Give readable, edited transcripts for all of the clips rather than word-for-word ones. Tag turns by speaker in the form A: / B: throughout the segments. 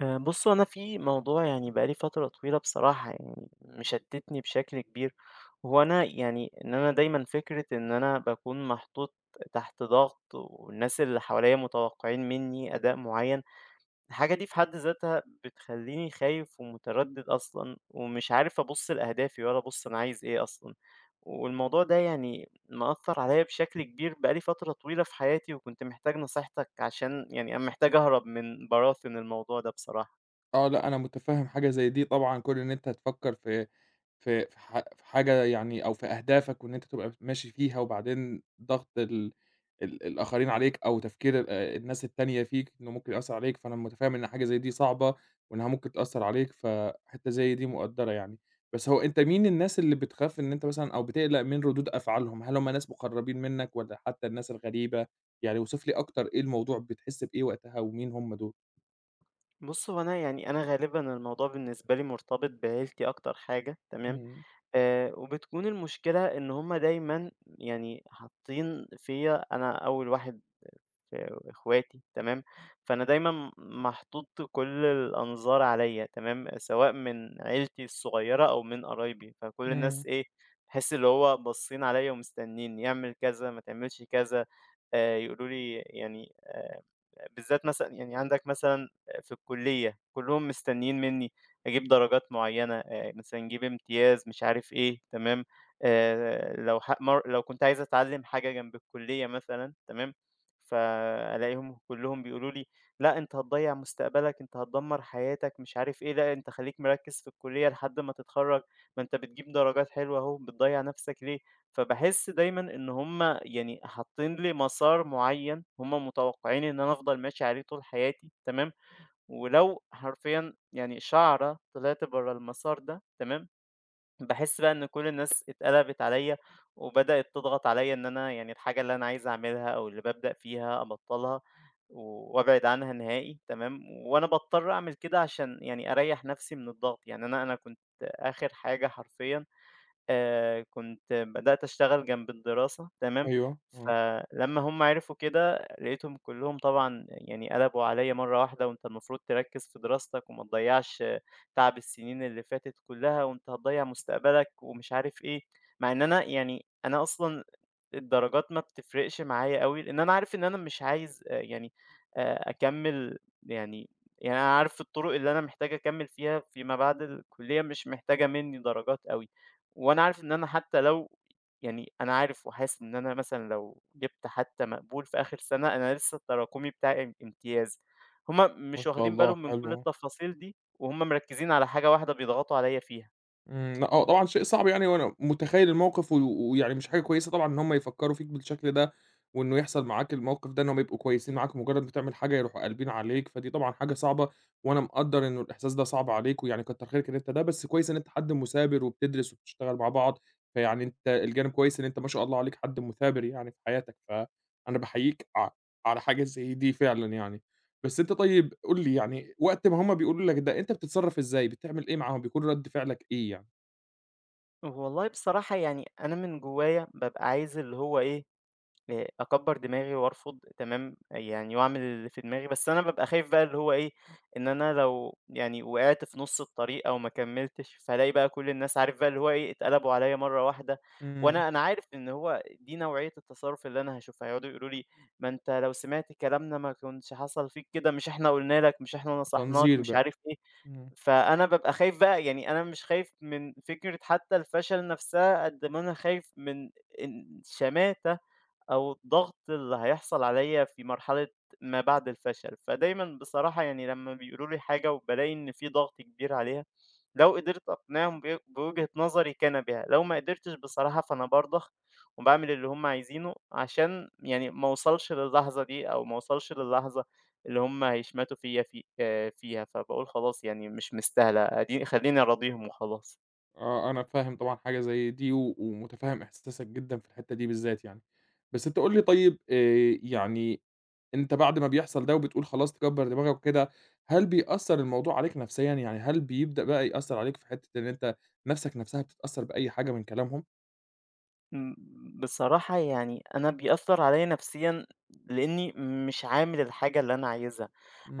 A: بُص، هو أنا في موضوع يعني بقى لي فترة طويلة بصراحة يعني مشتتني بشكل كبير، وهو أنا يعني إن أنا دايمًا فكرة إن أنا باكون محطوط تحت ضغط، والناس اللي حواليّا متوقعين مني أداء معين، الحاجة دي في حد ذاتها بتخليني خايف ومتردد أصلًا، ومش عارف أبُص لأهدافي ولا أبُص أنا عايز إيه أصلًا، والموضوع ده يعني مأثّر عليّا بشكل كبير بقى لي فترة طويلة في حياتي، وكنت محتاج نصيحتك عشان يعني أنا محتاج أهرب من براثن الموضوع ده بصراحة.
B: آه، لأ، أنا متفهم حاجة زي دي طبعًا، كون إن أنت هتفكر في حاجة يعني أو في أهدافك، وإن أنت تبقى ماشي فيها، وبعدين ضغط ال ال الآخرين عليك، أو تفكير الناس التانية فيك، إنه ممكن يأثّر عليك، فأنا متفهم إن حاجة زي دي صعبة، وإنها ممكن تأثّر عليك، فحتّة زي دي مقدّرة يعني. بس هو أنت مين الناس اللي بتخاف إن أنت مثلًا أو بتقلق من ردود أفعالهم؟ هل هم ناس مقربين منك، والّا حتى الناس الغريبة؟ يعني اوصف لي أكتر إيه الموضوع، بتحس بإيه وقتها، ومين هم دول؟
A: بُص، هو أنا يعني أنا غالبًا الموضوع بالنسبة لي مرتبط بعيلتي أكتر حاجة تمام.
B: إمم.
A: وبتكون المشكلة إن هُم دايمًا يعني حاطين فيّا أنا أول واحد وإخواتي تمام، فأنا دايمًا محطوط كل الأنظار عليّا تمام، سواء من عيلتي الصغيرة أو من قرايبي، فكل
B: إمم.
A: الناس إيه، تحس اللي هو باصين عليّا ومستنيين يعمل كذا، ما تعملش كذا، يقولوا لي يعني، بالذات مثلًا يعني عندك مثلًا في الكلية، كلّهم مستنيين منّي أجيب درجات معيّنة، مثلًا جيب امتياز مش عارف إيه تمام. لو ح مر لو كنت عايز أتعلم حاجة جنب الكلية مثلًا تمام، فالاقيهم كلهم بيقولوا لي: "لأ أنت هتضيّع مستقبلك، أنت هتدمّر حياتك،" مش عارف إيه، "لأ أنت خلّيك مركّز في الكلية لحد ما تتخرّج، ما أنت بتجيب درجات حلوة أهو، بتضيّع نَفْسك ليه؟" فباحس دايمًا إن هُم يعني حاطّين لي مسار معيّن، هُم متوقّعين إن أنا أفضل ماشي عليه طول حياتي، تمام، ولو حرفيًا يعني شَعرة طلعت برّه المسار ده، تمام، باحس بقى إن كل الناس اتقلبت عليّا، وبدأت تضغط عليّا إن أنا يعني الحاجة اللي أنا عايز أعملها أو اللي بابدأ فيها أبطّلها و وأبعد عنها نهائي تمام، وأنا باضطر أعمل كده عشان يعني أريّح نفسي من الضغط، يعني أنا كنت آخر حاجة حرفيًا كنت بدأت أشتغل جنب الدراسة تمام.
B: أيوه، آه.
A: فلمّا هُم عرفوا كده لقيتهم كلّهم طبعًا يعني قلبوا عليّا مرّة واحدة، وأنت المفروض تركّز في دراستك وما تضيّعش تعب السنين اللي فاتت كلّها، وأنت هتضيّع مستقبلك ومش عارف إيه، مع إن أنا يعني أنا أصلًا الدرجات ما بتفرقش معايا أوي، لإن أنا عارف إن أنا مش عايز يعني أكمّل يعني يعني أنا عارف الطرق اللي أنا محتاج أكمّل فيها فيما بعد الكلية مش محتاجة منّي درجات أوي. وأنا عارف إن أنا حتى لو يعني أنا عارف وحاسس إن أنا مثلًا لو جِبت حتى مقبول في آخر سنة، أنا لسه التراكمي بتاعي امتياز، هُم
B: ما
A: مش
B: شاء
A: واخدين
B: الله،
A: بالهم من كل
B: حلو.
A: التفاصيل دي، وهُم مركّزين على حاجة واحدة بيضغطوا عليَّ فيها.
B: آه، إمم، لأ هو طبعًا شيء صعب يعني وأنا متخيّل الموقف، و ويعني مش حاجة كويسة طبعًا إن هُم يفكّروا فيك بالشكل ده، وإنه يحصل معاك الموقف ده إن هُم يبقوا كويسين معاك مجرّد ما تعمل حاجة يروحوا قالبين عليك، فدي طبعًا حاجة صعبة، وأنا مقدّر إنه الإحساس ده صعب عليك ويعني كتّر خيرك إن أنت ده، بس كويس إن أنت حد مثابر وبتدرس وبتشتغل مع بعض، فيعني أنت الجانب كويس إن أنت ما شاء الله عليك حد مثابر يعني في حياتك، فأنا باحييك على حاجة زي دي فعلًا يعني. بس أنت طيب قُل لي يعني وقت ما هُم بيقولوا لك ده، أنت بتتصرّف إزاي، بتعمل إيه معاهم، بيكون رَد فعلك إيه يعني؟
A: والله بصراحة يعني أنا من جوايا بابقى عايز اللي هو إيه، أكبّر دماغي وأرفض تمام، يعني وأعمل اللي في دماغي، بس أنا بابقى خايف بقى اللي هو إيه، إن أنا لو يعني وقعت في نُص الطريق أو ما كمّلتش، فالاقي بقى كل الناس عارف بقى اللي هو إيه، اتقلبوا عليّا مرّة واحدة،
B: إمم.
A: وأنا عارف إن هو دي نوعية التصرُّف اللي أنا هاشوفها، هيقعدوا يقولوا لي: "ما أنت لو سمعت كلامنا ما كنش حصل فيك كده، مش إحنا قُلنا لك، مش إحنا نصحناك."
B: تنظير
A: مش
B: بقى.
A: عارف إيه.
B: إمم.
A: فأنا بابقى خايف بقى، يعني أنا مش خايف من فكرة حتّى الفشل نَفْسها قد ما أنا خايف من إن شماتة أو الضغط اللي هيحصل عليَّ في مرحلة ما بعد الفشل، فدايمًا بصراحة يعني لمّا بيقولوا لي حاجة وبالاقي إن في ضغط كبير عليها، لو قدرت أقنعهم ب بوجهة نظري كان بها، لو ما قدرتش بصراحة فأنا بارضخ وباعمل اللي هُم عايزينه عشان يعني ما اوصلش للحظة دي أو ما اوصلش للحظة اللي هُم هيشمتوا فيَّ في فيها، فباقول خلاص يعني مش مستاهلة أدي خلّيني أراضيهم وخلاص.
B: آه، أنا فاهم طبعًا حاجة زي دي و ومُتفهّم إحساسك جدًا في الحتّة دي بالذات يعني، بس أنت قُل لي طيب يعني أنت بعد ما بيحصل ده وبتقول خلاص تكبّر دماغك وكده، هل بيأثّر الموضوع عليك نفسيًا، يعني هل بيبدأ بقى يأثّر عليك في حتّة إن أنت نَفْسك نَفْسها بتتأثّر بأي حاجة من كلامهم؟
A: إمم. بصراحة يعني أنا بيأثّر عليّا نفسيًا لإنّي مش عامل الحاجة اللي أنا عايزها.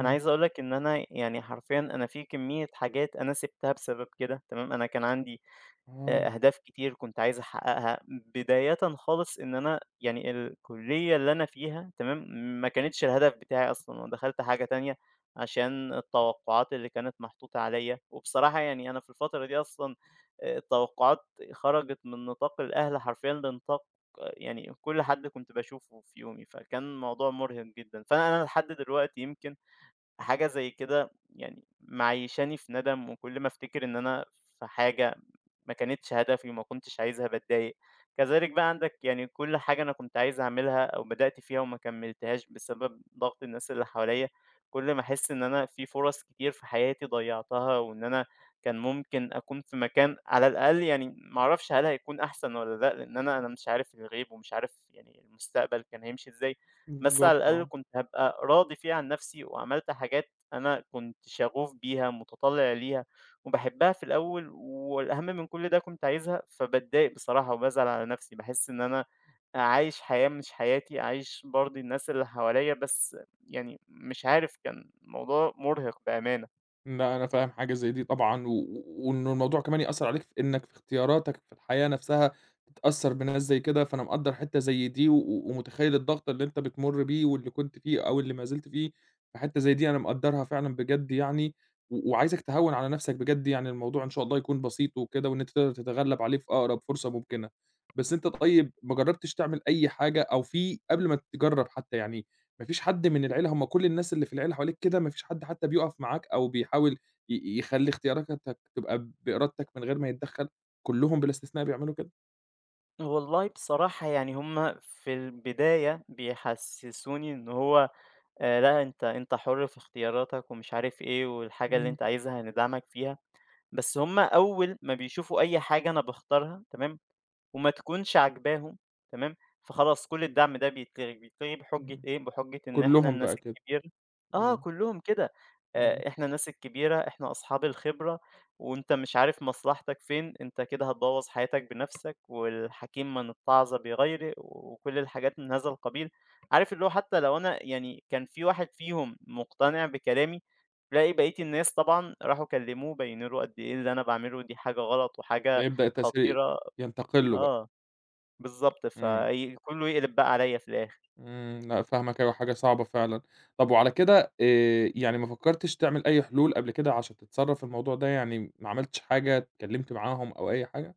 A: أنا عايز أقول لك إن أنا يعني حرفيًا أنا في كمية حاجات أنا سِبتها بسبب كده تمام، أنا كان عندي
B: آه،
A: أهداف كتير كنت عايز أحققها، بدايةً خالص إن أنا يعني الكلية اللي أنا فيها تمام، ما كانتش الهدف بتاعي أصلًا، أنا دخلت حاجة تانية عشان التوقعات اللي كانت محطوطة عليَّ، وبصراحة يعني أنا في الفترة دي أصلًا التوقعات خرجت من نطاق الأهل حرفيًا لنطاق يعني كل حد كنت باشوفه في يومي، فكان الموضوع مرهق جدًا، فأنا لحد دلوقتي يمكن حاجة زي كده يعني معيّشاني في ندم، وكل ما أفتكر إن أنا في حاجة ما كانتش هدفي وما كنتش عايزها باتضايق. كذلك بقى عندك يعني كل حاجة أنا كنت عايز أعملها أو بدأت فيها وما كمّلتهاش بسبب ضغط الناس اللي حواليّا، كل ما أحس إن أنا في فرص كتير في حياتي ضيّعتها، وإن أنا كان ممكن أكون في مكان على الأقل يعني ما أعرفش هل هيكون أحسن والّا لأ، لإن أنا مش عارف الغيب ومش عارف يعني المستقبل كان هيمشي إزاي. بس
B: بالضبط،
A: على الأقل
B: آه.
A: كنت هابقى راضي فيها عن نفسي وعملت حاجات أنا كنت شغوف بيها متطلع ليها وباحبها في الأول، والأهم من كل ده كنت عايزها، فباتضايق بصراحة وبازعل على نفسي، باحس إن أنا عايش حياة مش حياتي، عايش برضي الناس اللي حواليا بس، يعني مش عارف، كان الموضوع مرهق بأمانة.
B: لأ، أنا فاهم حاجة زي دي طبعًا، و وإنه الموضوع كمان يأثّر عليك في إنك في اختياراتك في الحياة نفسها تتأثّر بناس زي كده، فأنا مقدّر حتّة زي دي، و و- ومتخيّل الضغط اللي أنت بتمُر بيه واللي كنت فيه أو اللي ما زلت فيه، فحتّة زي دي أنا مقدّرها فعلًا بجد يعني، و وعايزك تهوّن على نفسك بجد يعني الموضوع إن شاء الله يكون بسيط وكده، وإن أنت تقدر تتغلّب عليه في أقرب فرصة ممكنة. بس أنت طيب ما جرّبتش تعمل أي حاجة أو في قبل ما تجرّب حتّى يعني ما فيش حد من العيلة، هم كل الناس اللي في العيلة حواليك كده، ما فيش حد حتى بيُقف معاك أو بيحاول يخلّي اختياراتك تبقى بإرادتك من غير ما يتدخّل، كلّهم بلا استثناء بيعملوا كده؟
A: والله بصراحة يعني هما في البداية بيحسسوني ان هو آه لا، انت حر في اختياراتك ومش عارف ايه، والحاجة اللي
B: إمم،
A: انت عايزها هندعمك فيها، بس هم أول ما بيشوفوا أي حاجة أنا باختارها تمام، وما تكونش عاجباهم تمام، فخلاص كل الدعم ده بيتلغي، بيتلغي بحجة
B: إمم.
A: إيه، بحجة إن إحنا
B: كلّهم
A: الناس
B: بقى كده.
A: الكبيرة. آه،
B: إمم،
A: كلّهم كده.
B: إمم.
A: إحنا الناس الكبيرة، إحنا أصحاب الخبرة، وأنت مش عارف مصلحتك فين، أنت كده هتبوّظ حياتك بنَفْسك، والحكيم من اتعظ بغيره، وكل الحاجات من هذا القبيل، عارف اللي هو حتى لو أنا يعني كان في واحد فيهم مقتنع بكلامي، تلاقي بقية الناس طبعًا راحوا كلّموه بيّنوا له قد إيه اللي أنا باعمله دي حاجة غلط وحاجة
B: فيبدأ التأثير
A: خطيرة،
B: ينتقِل له بقى.
A: آه. بالضبط،
B: إمم،
A: في كلّه يقلب بقى عليّا في الآخر.
B: إمم، لأ فاهمك، أيوه حاجة صعبة فعلًا. طَب وعلى كده، يعني ما فكّرتش تعمل أي حلول قبل كده عشان تتصرّف في الموضوع ده، يعني ما عملتش حاجة، اتكلّمت معاهم أو أي حاجة؟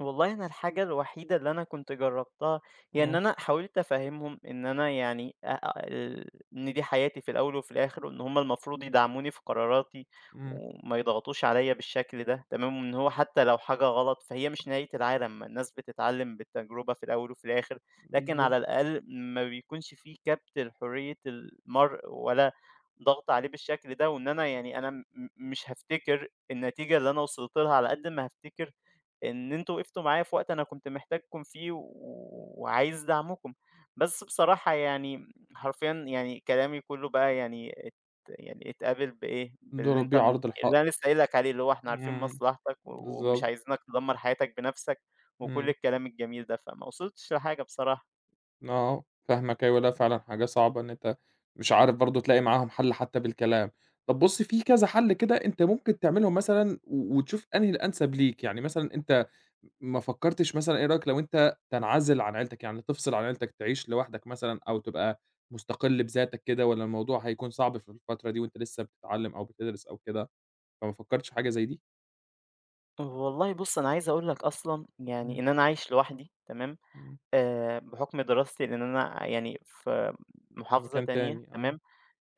A: والله أنا الحاجة الوحيدة اللي أنا كنت جرّبتها، هي إن
B: آه.
A: أنا حاولت أفهّمهم إن أنا يعني أ أ ال إن دي حياتي في الأول وفي الآخر، وإن هم المفروض يدعموني في قراراتي،
B: إمم.
A: وما يضغطوش عليَّ بالشكل ده، تمام، وإن هو حتى لو حاجة غلط فهي مش نهاية العالم، ما الناس بتتعلم بالتجربة في الأول وفي الآخر، لكن
B: بالضبط.
A: على الأقل ما بيكونش في كبت لحرية المرء ولا ضغط عليه بالشكل ده، وإن أنا يعني أنا مش هافتكر النتيجة اللي أنا وصلت لها على قد ما هافتكر إن أنتم وقفتوا معايا في وقت أنا كنت محتاجكم فيه و وعايز دعمكم. بس بصراحة يعني حرفيًا يعني كلامي كُلّه بقى يعني يعني اتقابل بإيه،
B: ده
A: باللي أنت
B: ربيع
A: م
B: عرض
A: اللي
B: الحائط.
A: أنا لسه قايل لك عليه، اللي هو إحنا عارفين
B: إمم،
A: مصلحتك و ومش
B: بالضبط.
A: عايزينك تدمّر حياتك بنَفْسك وكل
B: إمم،
A: الكلام الجميل ده، فما وصلتش لحاجة بصراحة.
B: آه، فاهمك، أيوه، لأ فعلًا حاجة صعبة إن أنت مش عارف برضه تلاقي معاهم حل حتى بالكلام. طب بُص في كذا حل كده أنت ممكن تعملهم مثلًا و وتشوف أنهي الأنسب ليك، يعني مثلًا أنت ما فكرتش مثلًا إيه رأيك لو أنت تنعزل عن عيلتك، يعني تفصل عن عيلتك تعيش لوحدك مثلًا أو تبقى مستقل بذاتك كده والّا الموضوع هيكون صعب في الفترة دي وأنت لسه بتتعلم أو بتدرس أو كده، فما فكرتش في حاجة زي دي؟
A: والله بُص، أنا عايز أقول لك أصلًا يعني
B: إمم،
A: إن أنا عايش لوحدي تمام،
B: إمم.
A: بحُكم دراستي لإن أنا يعني في
B: في
A: محافظة
B: مكان
A: تانية
B: تاني، آه.
A: تمام.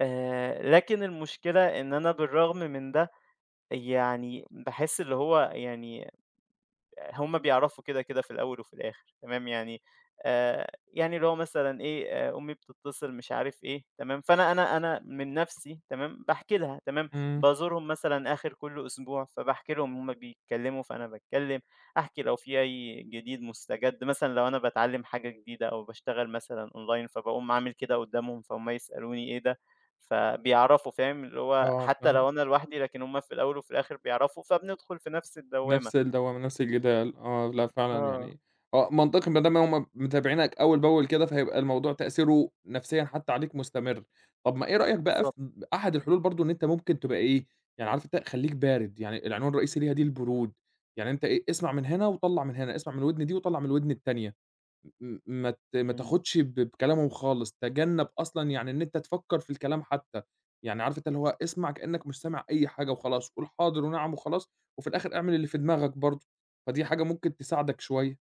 A: لكن المشكلة إن أنا بالرغم من ده، يعني باحس اللي هو يعني هم بيعرفوا كده، كده في الأول وفي الآخر تمام، يعني، يعني اللي هو مثلًا إيه، أمي بتتصل مش عارف إيه تمام، فأنا أنا أنا من نَفْسي تمام، باحكي لها تمام،
B: إمم.
A: بازورهم مثلًا آخِر كل أسبوع، فباحكي لهم هم بيتكلّموا فأنا باتكلّم، أحكي لو في أي جديد مُستجَد، مثلًا لو أنا باتعلّم حاجة جديدة أو باشتغل مثلًا online فباقوم عامل كده قُدّامهم فهُم يسألوني إيه ده، فبيعرفوا فاهم، اللي هو
B: آه
A: حتى
B: فاهمك.
A: لو أنا لوحدي لكن هم في الأول وفي الآخر بيعرفوا، فبندخُل في نَفْس الدوّامة.
B: نفس الدوّامة، نفس الجدال، آه، لأ فعلًا
A: آه.
B: يعني آه، منطقي ما دام هُم متابعينك أول بأول كده، فهيبقى الموضوع تأثيره نفسيًا حتى عليك مستمر. طب ما إيه رأيك بقى
A: بالضبط.
B: في أحد الحلول برضه إن أنت ممكن تبقى إيه، يعني عارف أنت خلّيك بارد، يعني العنوان الرئيسي ليها دي البرود، يعني أنت إيه، اسمع من هنا وطلّع من هنا، اسمع من الودن دي وطلّع من الودن التانية. م ما ت ما
A: إمم.
B: تاخدش بكلامهم خالص، تجنّب أصلًا يعني إن أنت تفكّر في الكلام حتى، يعني عارف أنت اللي هو اسمع كإنّك مش سامع أي حاجة وخلاص، قُل حاضر ونعم وخلاص، وفي الآخر اعمل اللي في دماغك برضه، فدي حاجة ممكن تساعدك شوية.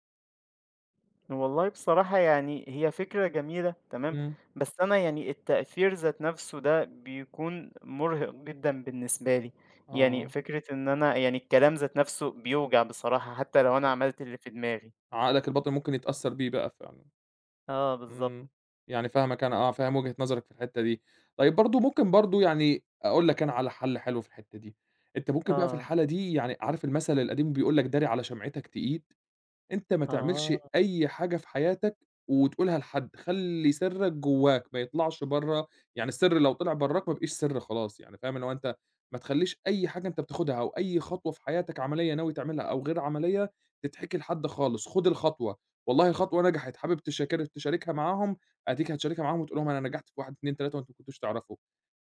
A: والله بصراحة يعني هي فكرة جميلة تمام،
B: إمم.
A: بس أنا يعني التأثير ذات نَفْسه ده بيكون مُرهق جدًا بالنسبة لي، يعني
B: آه،
A: فكرة إن أنا يعني الكلام ذات نَفْسه بيوجع بصراحة حتى لو أنا
B: بالضبط،
A: عملت اللي في دماغي.
B: عقلك الباطن ممكن يتأثّر بيه بقى فعلًا.
A: آه بالضبط.
B: إمم. يعني فاهمك أنا، آه، فاهم وجهة نظرك في الحتّة دي. طيب برضه ممكن برضه يعني أقول لك أنا على حَل حلو في الحتّة دي، أنت ممكن بقى في
A: آه،
B: الحالة دي يعني عارف المثل القديم بيقول لك داري على شمعتك تقيد؟ أنت ما تعملش
A: آه،
B: أي حاجة في حياتك وتقولها لحد، خلّي سرّك جواك ما يطلعش برّه، يعني السر لو طلع برّاك ما بقيش سر خلاص يعني فاهم، اللي هو أنت ما تخلّيش أي حاجة أنت بتاخدها أو أي خطوة في حياتك عملية ناوي تعملها أو غير عملية تتحكي لحد خالص، خُد الخطوة، والله خطوة نجحت حابب تشاركها معاهم، أديك هتشاركها معاهم وتقول لهم أنا نجحت في 1، 2، 3 وأنتم ما كنتوش تعرفوا،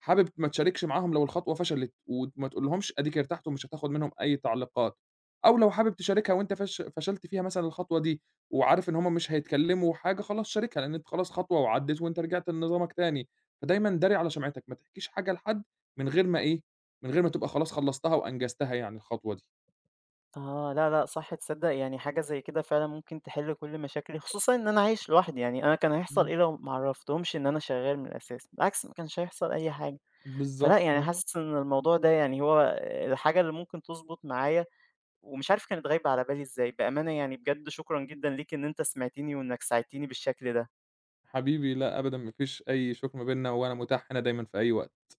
B: حابب ما تشاركش معاهم لو الخطوة فشلت وما تقولهمش أديك ارتحت ومش هتاخد منهم أي تعليقات. أو لو حابب تشاركها وأنت فشلت فيها مثلًا الخطوة دي، وعارف إن هُم مش هيتكلموا حاجة خلاص شاركها، لأن أنت خلاص خطوة وعدِّت وأنت رجعت لنظامك تاني، فدايمًا داري على شمعتك، ما تحكيش حاجة لحد من غير ما إيه، من غير ما تبقى خلاص خلصتها وأنجزتها يعني الخطوة دي.
A: آه، لا، لأ صح، تصدّق يعني حاجة زي كده فعلًا ممكن تحِل كل مشاكلي، خصوصًا إن أنا عايش لوحدي، يعني أنا كان هيحصل
B: إمم،
A: إيه لو ما عرّفتهمش إن أنا شغّال من الأساس؟ بالعكس ما كانش هيحصل أي حاجة. فلأ،
B: بالضبط،
A: يعني
B: آه.
A: حاسس إن الموضوع ده يعني هو الحاجة اللي ممكن تضبط معايا، ومش عارف كانت غايبة على بالي إزاي، بأمانة يعني بجد شكرًا جدًا ليك إن أنت سمعتني وإنك ساعدتني بالشكل ده.
B: حبيبي، لأ أبدًا ما فيش أي شُكر ما بيننا، وأنا متاح هنا دايمًا في أي وقت.